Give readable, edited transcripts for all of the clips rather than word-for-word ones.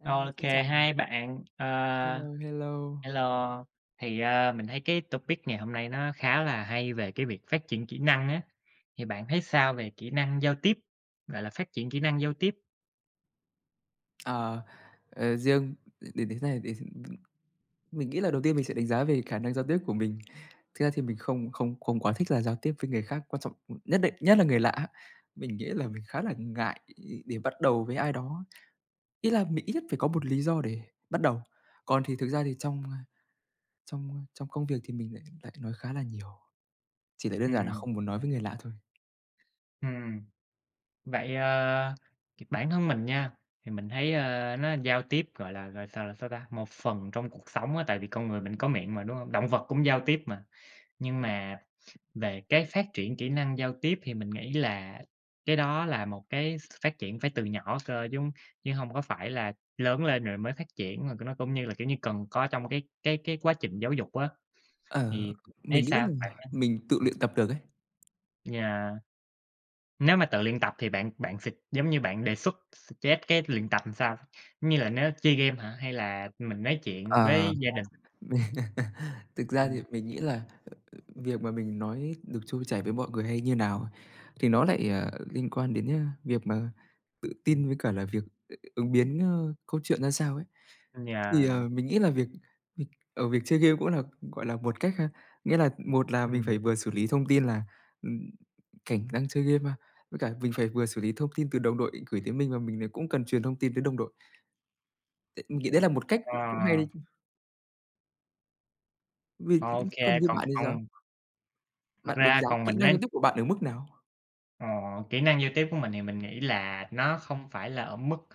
À, OK, xin chào. hai bạn. Ờ, Hello, hello. hello. Thì, mình thấy cái topic ngày hôm nay nó khá là hay về cái việc phát triển kỹ năng á, thì bạn thấy sao về kỹ năng giao tiếp, gọi là, phát triển kỹ năng giao tiếp? Ờ, riêng đến thế này thì mình nghĩ là đầu tiên mình sẽ đánh giá về khả năng giao tiếp của mình. Thực ra thì mình không không không quá thích là giao tiếp với người khác, quan trọng nhất định nhất là người lạ. Mình nghĩ là mình khá là ngại để bắt đầu với ai đó. Ý là mình ít nhất phải có một lý do để bắt đầu. Còn thì thực ra thì trong công việc thì mình lại lại nói khá là nhiều, chỉ là đơn giản là Ừm, không muốn nói với người lạ thôi. ừm, vậy, thì bản thân mình nha, thì mình thấy, nó giao tiếp, gọi là, gọi sao là sao ta, một phần trong cuộc sống á, tại vì con người mình có miệng mà, đúng không? Động vật cũng giao tiếp mà, nhưng mà về cái phát triển kỹ năng giao tiếp thì mình nghĩ là cái đó là một cái phát triển phải từ nhỏ cơ chứ, hông có phải là lớn lên rồi mới phát triển, mà nó cũng như là, kiểu như, cần có trong cái quá trình giáo dục á. Ờ, Thì thấy mình nghĩ sao? là Bạn có mình tự luyện tập được ấy. yeah, nếu mà tự luyện tập thì bạn bạn s giống như bạn đề xuất suggest cái luyện tập làm sao? Giống như là nếu chơi game hả? Hay là mình nói chuyện Ờ. với gia đình? Mình- Thực ra thì Ừm, mình nghĩ là việc mà mình nói được trôi chảy với mọi người hay như nào ấy, thì nó lại, liên quan đến, việc mà tự tin với cả là việc ứng biến, câu chuyện ra sao ấy. Thì, yeah, mình nghĩ là việc việc ờ, việc chơi game cũng là, gọi là, một cách ha. Nghĩa là một là mình ừm, phải vừa xử lý thông tin là, ừm, cảnh đang chơi game mà với cả mình phải vừa xử lý thông tin từ đồng đội gửi tới mình và mình lại cũng cần truyền thông tin tới đồng đội. T mình nghĩ đấy là một cách ờ, cũng cũng hay đấy chứ. Vì ô kê, còn như còn bạn thì sao? còn thật Bạn đánh ra giá còn kỹ mình năng giao nói. tiếp của bạn ở mức nào? Ờ, Kỹ năng giao tiếp của mình thì mình nghĩ là nó không phải là ở mức,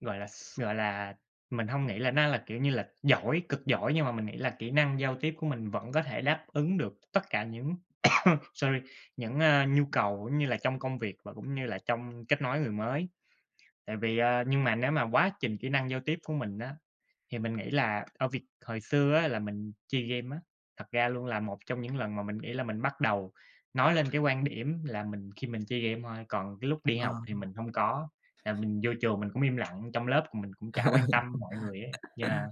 gọi là, s gọi là, mình không nghĩ là nó là, kiểu như là, giỏi, cực giỏi, nhưng mà mình nghĩ là kỹ năng giao tiếp của mình vẫn có thể đáp ứng được tất cả những sorry, những, nhu cầu cũng như là trong công việc và cũng như là trong kết nối người mới. Tại vì, nhưng mà nếu mà quá trình kỹ năng giao tiếp của mình á thì mình nghĩ là ở việc hồi xưa á là mình chơi game á, thật ra luôn là một trong những lần mà mình nghĩ là mình bắt đầu nói lên cái quan điểm là mình khi mình chơi game thôi, còn cái lúc đi À, học thì mình hông có, là mình vô trường mình cũng im lặng, trong lớp mình cũng chả quan tâm mọi người ấy. Yeah,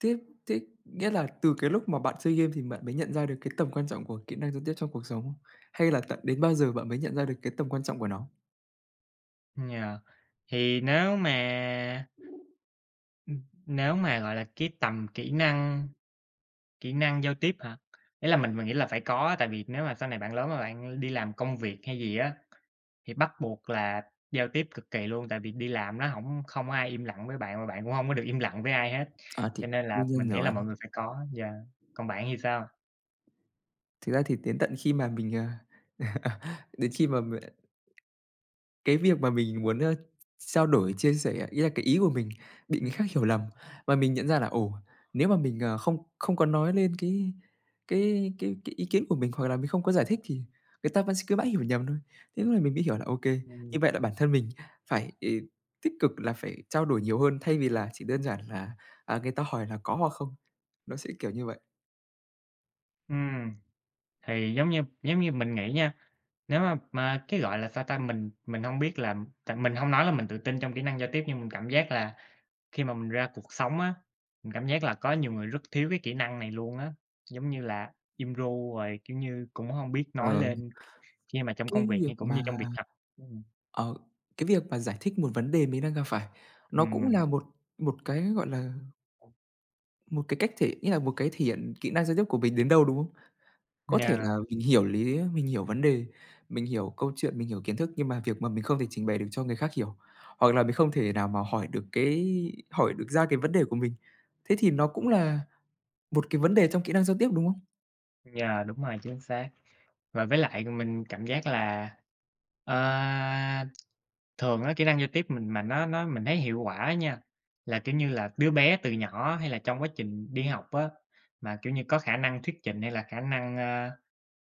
tiếp thế nghĩa là từ cái lúc mà bạn chơi game thì bạn mới nhận ra được cái tầm quan trọng của kỹ năng giao tiếp trong cuộc sống không? Hay là tận đến bao giờ bạn mới nhận ra được cái tầm quan trọng của nó? yeah. Thì nếu mà, gọi là, cái tầm kỹ năng giao tiếp hả? Ý là mình nghĩ là phải có á, tại vì nếu mà sau này bạn lớn mà bạn đi làm công việc hay gì á, thì bắt buộc là giao tiếp cực kỳ luôn, tại vì đi làm nó hổng không ai im lặng với bạn, mà bạn cũng hông có được im lặng với ai hết, À, thì cho nên là đương mình nhiên nghĩ là rồi. mọi người phải có yeah. Còn bạn thì sao? Thực ra thì đến tận khi mà mình, đến khi mà cái việc mà mình muốn, trao đổi, chia sẻ ý là cái ý của mình bị người khác Ừm, hiểu lầm, và mình nhận ra là, ồ, nếu mà mình, không không có nói lên cái ý kiến của mình, hoặc là mình không có giải thích thì người ta vẫn sẽ cứ mãi hiểu nhầm thôi. Thế lúc này mình mới hiểu là ok, ừm, như vậy là bản thân mình phải, ừ, tích cực là phải trao đổi nhiều hơn, thay vì là chỉ đơn giản là, à, người ta hỏi là có hoặc không, nó sẽ kiểu như vậy. ừm, thì giống như mình nghĩ nha, nếu mà cái, gọi là, sao ta, mình hông biết là tại mình hông nói là mình tự tin trong kỹ năng giao tiếp, nhưng mình cảm giác là khi mà mình ra cuộc sống á, mình cảm giác là có nhiều người rất thiếu cái kỹ năng này luôn á, giống như là im ru rồi, kiểu như, cũng hông biết nói Ờ. lên khi mà trong công Cái việc việc hay cũng như mà trong việc học. Ừm, ờ, cái việc mà giải thích một vấn đề mình đang gặp phải, nó cũng ừm, là một một cái, gọi là, một cái cách thể nghĩa là một cái thể hiện kỹ năng giao tiếp của mình đến đâu, đúng không? Có thể là yeah, mình hiểu lý, mình hiểu vấn đề, mình hiểu câu chuyện, mình hiểu kiến thức, nhưng mà việc mà mình không thể trình bày được cho người khác hiểu, hoặc là mình không thể nào mà hỏi được ra cái vấn đề của mình, thế thì nó cũng là một cái vấn đề trong kỹ năng giao tiếp, đúng không? yeah, đúng rồi, chính xác. Và với lại mình cảm giác là, ờ, thường á, kỹ năng giao tiếp mình mà nó mình thấy hiệu quả nha, là, kiểu như là, đứa bé từ nhỏ hay là trong quá trình đi học á, mà, kiểu như, có khả năng thuyết trình hay là khả năng,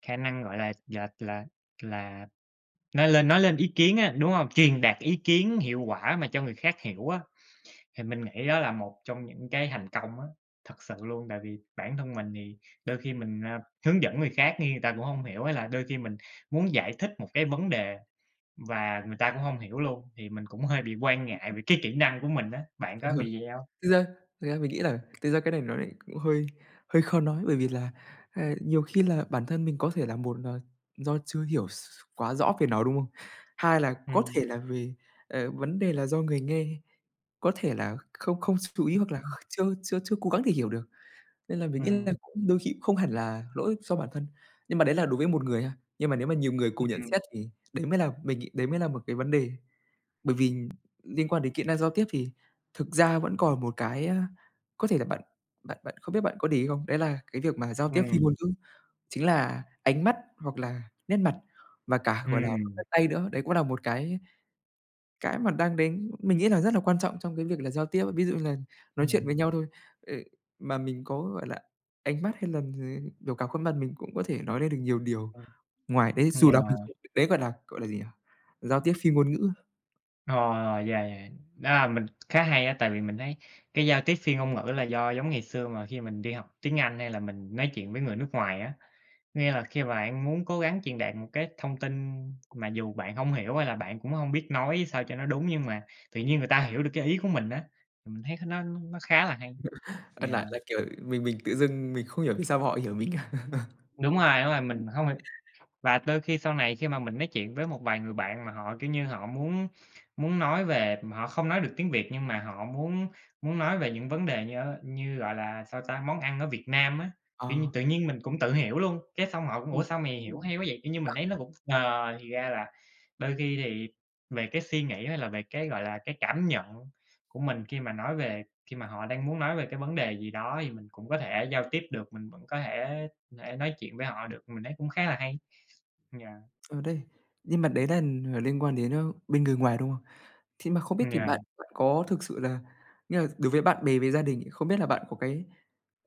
khả năng, gọi là, là nói lên ý kiến á, đúng không? Truyền đạt ý kiến hiệu quả mà cho người khác hiểu á. Thì mình nghĩ đó là một trong những cái thành công á, thật sự luôn, tại vì bản thân mình thì đôi khi mình, hướng dẫn người khác nhưng người ta cũng hông hiểu, hay là đôi khi mình muốn giải thích một cái vấn đề và người ta cũng hông hiểu luôn, thì mình cũng hơi bị quan ngại về cái kỹ năng của mình á. Bạn có bị vậy hông? Thực ra thực ra mình nghĩ là thực ra cái này nó lại cũng hơi hơi khó nói, bởi vì là, nhiều khi là bản thân mình có thể là một là do chưa hiểu s quá rõ về nó, đúng không? Hai là có Ừm, thể là về, vấn đề là do người nghe có thể là không không chú ý hoặc là kh chưa chưa chưa cố gắng để hiểu được, nên là mình nghĩ là ừm, cũng đôi khi cũng không hẳn là lỗi do bản thân. Nhưng mà đấy là đối với một người ha, nhưng mà nếu mà nhiều người cùng nhận ừm, xét thì đấy mới là mình nghĩ đấy mới là một cái vấn đề. Bởi vì liên quan đến kỹ năng giao tiếp thì thực ra vẫn còn một cái, a, có thể là bạn bạn bạn không biết bạn có để ý không? Đấy là cái việc mà giao tiếp phi ừm, ngôn ngữ, chính là ánh mắt hoặc là nét mặt và cả, gọi là, ừm, tay nữa. Đấy cũng là một cái mà đang đến mình nghĩ là rất là quan trọng trong cái việc là giao tiếp. Ví dụ như là nói chuyện ừm, với nhau thôi, ờ, mà mình có, gọi là, ánh mắt hay là, biểu cảm khuôn mặt mình cũng có thể nói lên được nhiều điều. Ngoài đấy dù là mình yeah. không đấy, gọi là gì nhỉ? Giao tiếp phi ngôn ngữ. Ờ, yeah, yeah, đó là mình khá hay á, tại vì mình thấy cái giao tiếp phi ngôn ngữ là do giống ngày xưa mà khi mình đi học tiếng Anh hay là mình nói chuyện với người nước ngoài á, nghĩa là khi bạn muốn cố gắng truyền đạt một cái thông tin mà dù bạn hông hiểu hay là bạn cũng hông biết nói sao cho nó đúng, nhưng mà tự nhiên người ta hiểu được cái ý của mình á, thì mình thấy nó khá là hay. Ờ, Yeah, là, kiểu, mình tự dưng mình không hiểu vì sao mà họ hiểu mình cả. Đúng rồi, mình hông. Và đôi khi sau này khi mà mình nói chuyện với một vài người bạn mà họ, kiểu như, họ muốn muốn nói về họ không nói được tiếng Việt nhưng mà họ muốn muốn nói về những vấn đề như như, gọi là, sao ta, món ăn ở Việt Nam á, kiểu như, Ờ. tự nhiên mình cũng tự hiểu luôn, cái xong họ cũng: "Ủa, Ừm, sao mày hiểu hay quá vậy?" Kiểu như, mình thấy nó cũng thì ra là đôi khi thì về cái suy nghĩ hay là về cái, gọi là, cái cảm nhận của mình khi mà nói về khi mà họ đang muốn nói về cái vấn đề gì đó thì mình cũng có thể giao tiếp được, mình vẫn có thể thể nói chuyện với họ được, mình thấy cũng khá là hay. Yeah, ờ, đấy, nhưng mà đấy là, liên quan đến, bên người ngoài, đúng không? Thế mà không biết thì bạn yeah, bạn có thực sự là nghĩa là đối với bạn bè với gia đình, không biết là bạn có cái,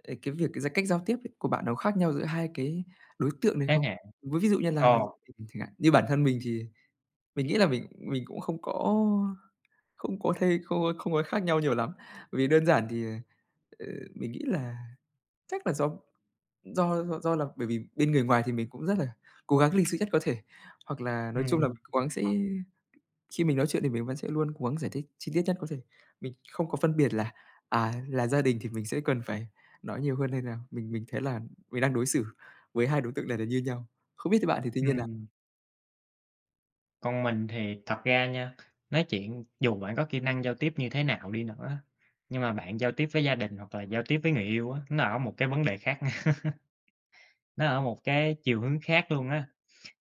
cái việc cái cách giao tiếp ấy của bạn nó khác nhau giữa hai cái đối tượng này thế không? hệ Với ví dụ như là ồ, chẳng hạn, như bản thân mình thì mình nghĩ là mình cũng không có không có thấy không có khác nhau nhiều lắm. Vì đơn giản thì, ờ, mình nghĩ là chắc là do do là bởi vì bên người ngoài thì mình cũng rất là cố gắng lịch sự nhất có thể, hoặc là nói chung là mình ừm, cố gắng sẽ khi mình nói chuyện thì mình vẫn sẽ luôn cố gắng giải thích chi tiết nhất có thể. Mình không có phân biệt ừm, là, à, là gia đình thì mình sẽ cần phải nói nhiều hơn hay là mình thấy là mình đang đối xử với hai đối tượng này là như nhau. Không biết thì bạn thì tuy nhiên là ừm. Còn mình thì thật ra nha, nói chuyện dù bạn có kỹ năng giao tiếp như thế nào đi nữa á, nhưng mà bạn giao tiếp với gia đình hoặc là giao tiếp với người yêu á, nó ở một cái vấn đề khác nha, nó ở một cái chiều hướng khác luôn á.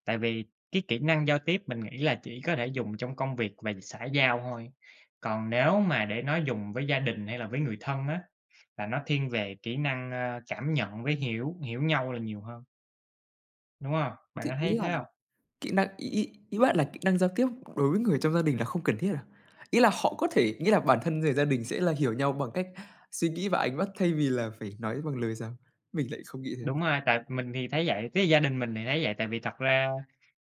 Tại vì cái kỹ năng giao tiếp mình nghĩ là chỉ có thể dùng trong công việc và xã giao thôi, còn nếu mà để nói dùng với gia đình hay là với người thân á, là nó thiên về kỹ năng, cảm nhận với hiểu hiểu nhau là nhiều hơn, đúng không? Bạn thì có ý thấy thế không? kỹ năng ý ý ý bạn là kỹ năng giao tiếp đối với người trong gia đình là không cần thiết à? Ý là họ có thể nghĩa là bản thân người gia đình sẽ là hiểu nhau bằng cách suy nghĩ và ánh mắt thay vì là phải nói bằng lời sao? Mình lại không nghĩ thế. Đúng rồi, tại mình thì thấy vậy, cái gia đình mình thì thấy vậy, tại vì thật ra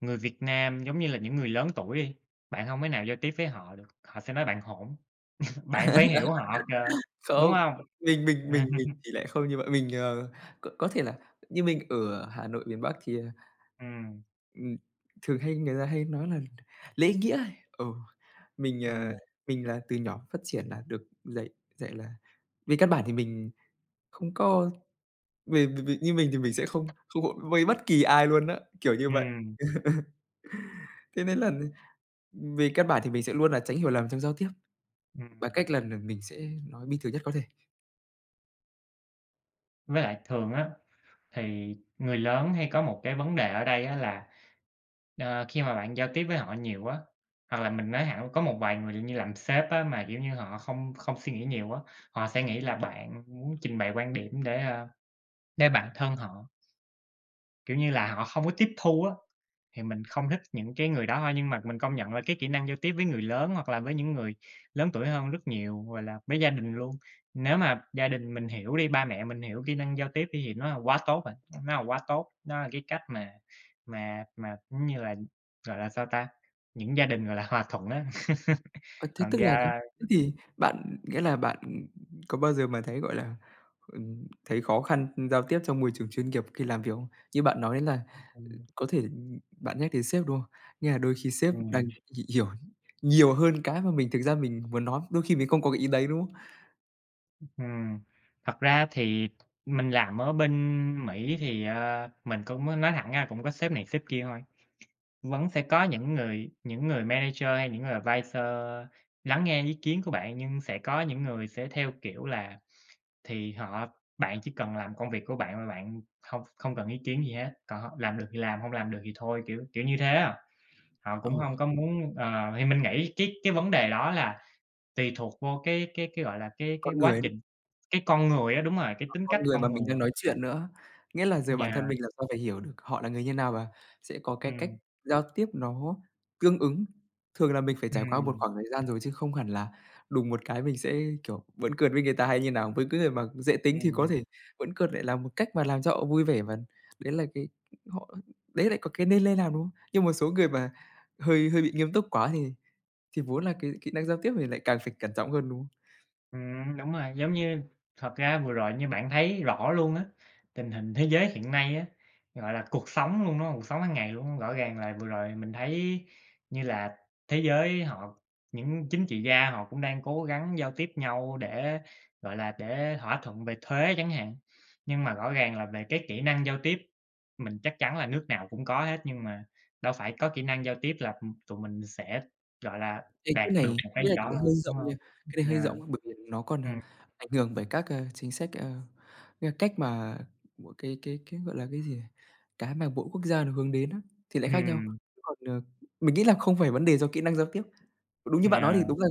người Việt Nam, giống như là những người lớn tuổi đi, bạn hông thể nào giao tiếp với họ được, họ sẽ nói bạn hỗn, bạn phải hiểu họ cơ, đúng Không, hông? mình thì lại không như vậy. Mình, có thể là như mình ở Hà Nội miền Bắc thì, Ừm, ừm, thường hay người ta hay nói là lễ nghĩa ấy. Ừ, mình, ừm, mình là từ nhỏ phát triển là được dạy dạy là về căn bản thì mình không có mình như mình thì mình sẽ không không có vây bất kỳ ai luôn á, kiểu như vậy. ừm, Thế nên là về căn bản thì mình sẽ luôn là tránh hiểu lầm trong giao tiếp, bằng ừm. cách là mình sẽ nói bình thường nhất có thể. Với lại thường á, thì người lớn hay có một cái vấn đề ở đây á là, khi mà bạn giao tiếp với họ nhiều quá hoặc là mình nói hẳn có một vài người như làm sếp á, mà, kiểu như, họ không không suy nghĩ nhiều á, họ sẽ nghĩ là bạn muốn trình bày quan điểm để, để bản thân họ. Kiểu như là, họ không có tiếp thu á, thì mình không thích những cái người đó thôi. Nhưng mà mình công nhận là cái kỹ năng giao tiếp với người lớn hoặc là với những người lớn tuổi hơn rất nhiều, gọi là, với gia đình luôn. Nếu mà gia đình mình hiểu đi, ba mẹ mình hiểu kỹ năng giao tiếp đi thì nó là quá tốt rồi, nó là quá tốt. Nó là cái cách mà mà, giống như là, gọi là, sao ta, những gia đình, gọi là, hòa thuận á. Ờ, thế Còn tức là nhá, gia thế thì bạn nghĩa là bạn, có bao giờ mà thấy, gọi là, thấy khó khăn giao tiếp trong môi trường chuyên nghiệp khi làm việc không? Như bạn nói đến là ừm, có thể, bạn nhắc đến sếp, đúng không? Nghĩa là đôi khi sếp đang ừm. h hiểu nhiều hơn cái mà mình thực ra mình muốn nói, đôi khi mình không có cái ý đấy, đúng không? Ừm, Thật ra thì mình làm ở bên Mỹ thì, mình cũng nói thẳng ra cũng có sếp này sếp kia thôi, vẫn sẽ có những người manager hay những người advisor lắng nghe ý kiến của bạn, nhưng sẽ có những người sẽ theo kiểu là thì họ bạn chỉ cần làm công việc của bạn mà bạn không không cần ý kiến gì hết, còn h làm được thì làm, không làm được thì thôi, kiểu kiểu như thế à. Họ cũng Ừ, không có muốn ờ, thì mình nghĩ cái vấn đề đó là tùy thuộc vô cái, gọi là, cái con quá người ấy, trình cái con người á, đúng rồi, cái tính con cách người mà con mình người. đang nói chuyện nữa. Nghĩa là giờ bản thân Yeah, mình làm sao phải hiểu được họ là người như nào và sẽ có cái cách ừm, giao tiếp nó tương ứng. Thường là mình phải trải qua một ừm, khoảng thời gian rồi chứ không hẳn là đùng một cái mình sẽ, kiểu, vẫn cợt với người ta hay như nào. Với cái người mà dễ tính thì có ừm. thể vẫn cợt lại là một cách mà làm cho họ vui vẻ và đấy là cái họ đấy lại có cái nên lên làm, đúng không? Nhưng một số người mà hơi hơi bị nghiêm túc quá thì vốn là cái kỹ năng giao tiếp thì lại càng phải cẩn trọng hơn, đúng không? Đúng rồi, giống như thật ra vừa rồi như bạn thấy rõ luôn á, tình hình thế giới hiện nay á, gọi là, cuộc sống luôn, đúng? Cuộc sống hàng ngày luôn, rõ ràng là vừa rồi mình thấy như là thế giới họ những chính trị gia họ cũng đang cố gắng giao tiếp nhau để, gọi là, để thỏa thuận về thuế chẳng hạn. Nhưng mà rõ ràng là về cái kỹ năng giao tiếp mình chắc chắn là nước nào cũng có hết, nhưng mà đâu phải có kỹ năng giao tiếp là, tụi mình sẽ, gọi là, Ê, đạt cái được này một cái cái gì này thì đó lại đâu, hơi đúng rộng không? nha, cái này Yeah. hơi rộng bởi vì nó còn, Ừ. ảnh hưởng bởi các, chính sách, cái cách mà của cái, gọi là, cái gì nhỉ? Cái mà mỗi quốc gia nó hướng đến á, thì lại khác nhau. Ừm, Chứ còn, mình nghĩ là không phải vấn đề do kỹ năng giao tiếp. Đúng như bạn nói nhà thì đúng là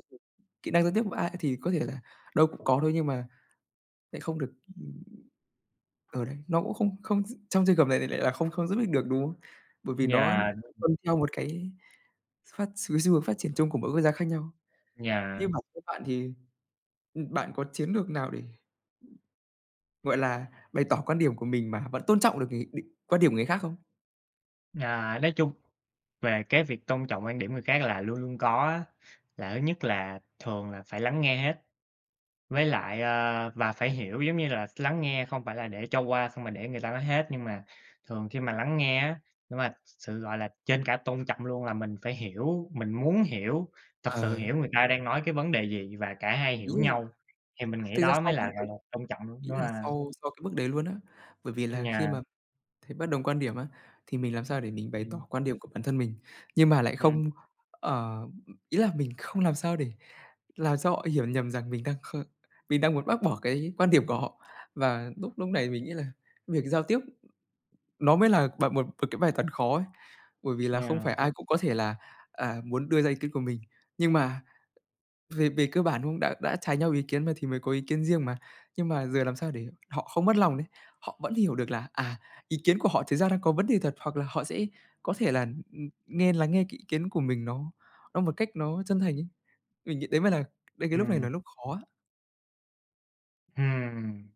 kỹ năng giao tiếp của ai thì có thể là đâu cũng có thôi, nhưng mà lại không được, ừm, ở đấy, nó cũng không không gi trong trường hợp này lại là không không giúp ích được, đúng không? Bởi vì nó nhà tuân theo một cái phát xu xu hướng phát triển chung của mỗi quốc gia khác nhau. Như yeah, bản thân bạn thì bạn có chiến lược nào để, gọi là, bày tỏ quan điểm của mình mà vẫn tôn trọng được người định quan điểm người khác không? à, nói chung về cái việc tôn trọng quan điểm người khác là luôn luôn có á, là thứ nhất là thường là phải lắng nghe hết, với lại, và phải hiểu, giống như là, lắng nghe không phải là để cho qua xong mà để người ta nói hết, nhưng mà thường khi mà lắng nghe á, nhưng mà sự, gọi là, trên cả tôn trọng luôn là mình phải hiểu, mình muốn hiểu, thật sự Ờ, hiểu người ta đang nói cái vấn đề gì và cả hai ý hiểu là nhau, thì mình nghĩ thực ra đó mới sau là, bước gọi đấy, là, tôn trọng, ý đúng là ha? sau sau cái bước đấy luôn á, bởi vì là khi nhà mà thấy bất đồng quan điểm á, thì mình làm sao để mình bày ừm, tỏ quan điểm của bản thân mình, nhưng mà lại ừm, không, ờ, ý là mình không làm sao để làm cho họ hiểu nhầm rằng mình đang muốn bác bỏ cái quan điểm của họ. Và lúc lúc này mình nghĩ là việc giao tiếp nó mới là bài một một cái bài toán khó ấy, bởi vì là không yeah. phải ai cũng có thể là, muốn đưa ra ý kiến của mình. Nhưng mà về về cơ bản, đúng không? Đã trái nhau ý kiến mà thì mới có ý kiến riêng mà. Nhưng mà giờ làm sao để họ không mất lòng đấy, họ vẫn hiểu được là, à, ý kiến của họ thực ra đang có vấn đề thật, hoặc là họ sẽ có thể là, lắng nghe cái ý kiến của mình nó một cách nó chân thành ấy. Mình nghĩ đấy mới là đến cái lúc này Ừm, là lúc khó. ừm.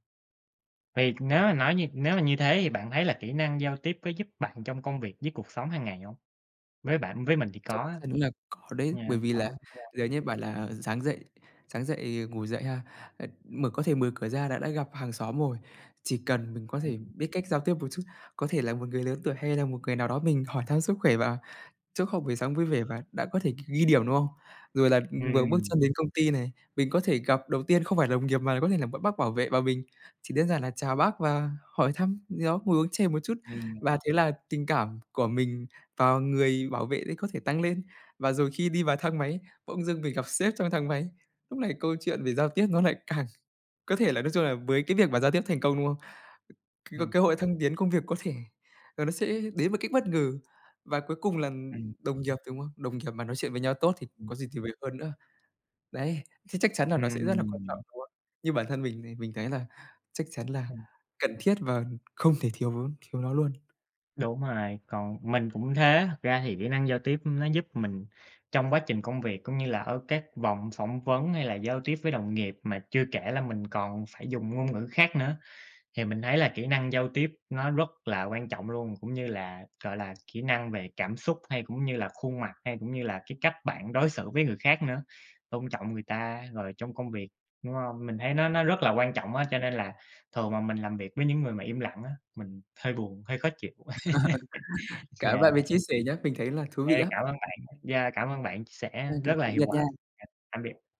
Vậy nếu mà nói như nếu mà như thế thì bạn thấy là kỹ năng giao tiếp có giúp bạn trong công việc với cuộc sống hàng ngày hông? Với bạn với mình thì có Chắc á, chắn đúng là có đấy, nha, bởi vì có, là ừm. yeah, Giờ nhé, bảo là sáng dậy, ngủ dậy ha, có thể mở cửa ra đã gặp hàng xóm rồi. Chỉ cần mình có thể ừm. biết cách giao tiếp một chút, có thể là một người lớn tuổi hay là một người nào đó mình hỏi thăm sức khỏe và chứ học buổi sáng vui vẻ và đã có thể ghi điểm, đúng không? Rồi là ừ, vừa bước chân Ừm, đến công ty này, mình có thể gặp đầu tiên không phải đồng nghiệp mà có thể là một bác bảo vệ và mình chỉ đơn giản là chào bác và hỏi thăm gì đó, ngồi uống chè một chút. ừm, Và thế là tình cảm của mình và người bảo vệ đấy có thể tăng lên. Và rồi khi đi vào thang máy, bỗng dưng mình gặp sếp trong thang máy, lúc này câu chuyện về giao tiếp nó lại càng có thể là nói chung là với cái việc mà giao tiếp thành công, đúng không? Cái cơ ừm, cơ hội thăng tiến công việc có thể là nó sẽ đến một cách bất ngờ và cuối cùng là ừm, đồng nghiệp, đúng không? Đồng nghiệp mà nói chuyện với nhau tốt thì ừm, có gì tuyệt vời hơn nữa. Đấy, thế chắc chắn là nó sẽ rất là quan trọng, ừm, đúng không? Như bản thân mình thì mình thấy là chắc chắn là ừm, cần thiết và không thể thiếu thiếu nó luôn. đúng rồi, còn mình cũng thế, thật ra thì kỹ năng giao tiếp nó giúp mình trong quá trình công việc cũng như là ở các vòng phỏng vấn hay là giao tiếp với đồng nghiệp, mà chưa kể là mình còn phải dùng ngôn ngữ khác nữa. Thì mình thấy là kỹ năng giao tiếp nó rất là quan trọng luôn, cũng như là, gọi là, kỹ năng về cảm xúc hay cũng như là khuôn mặt, hay cũng như là cái cách bạn đối xử với người khác nữa, tôn trọng người ta rồi trong công việc, đúng hông? Mình thấy nó rất là quan trọng á, cho nên là thường mà mình làm việc với những người mà im lặng á, mình hơi buồn, hơi khó chịu. Cảm ơn bạn vì Yeah, chia sẻ nhé, mình thấy là thú ê, vị á. cảm ơn bạn, yeah, cảm ơn bạn chia sẻ OK, rất là tạm hiệu biệt quả. nha. Yeah, tạm biệt.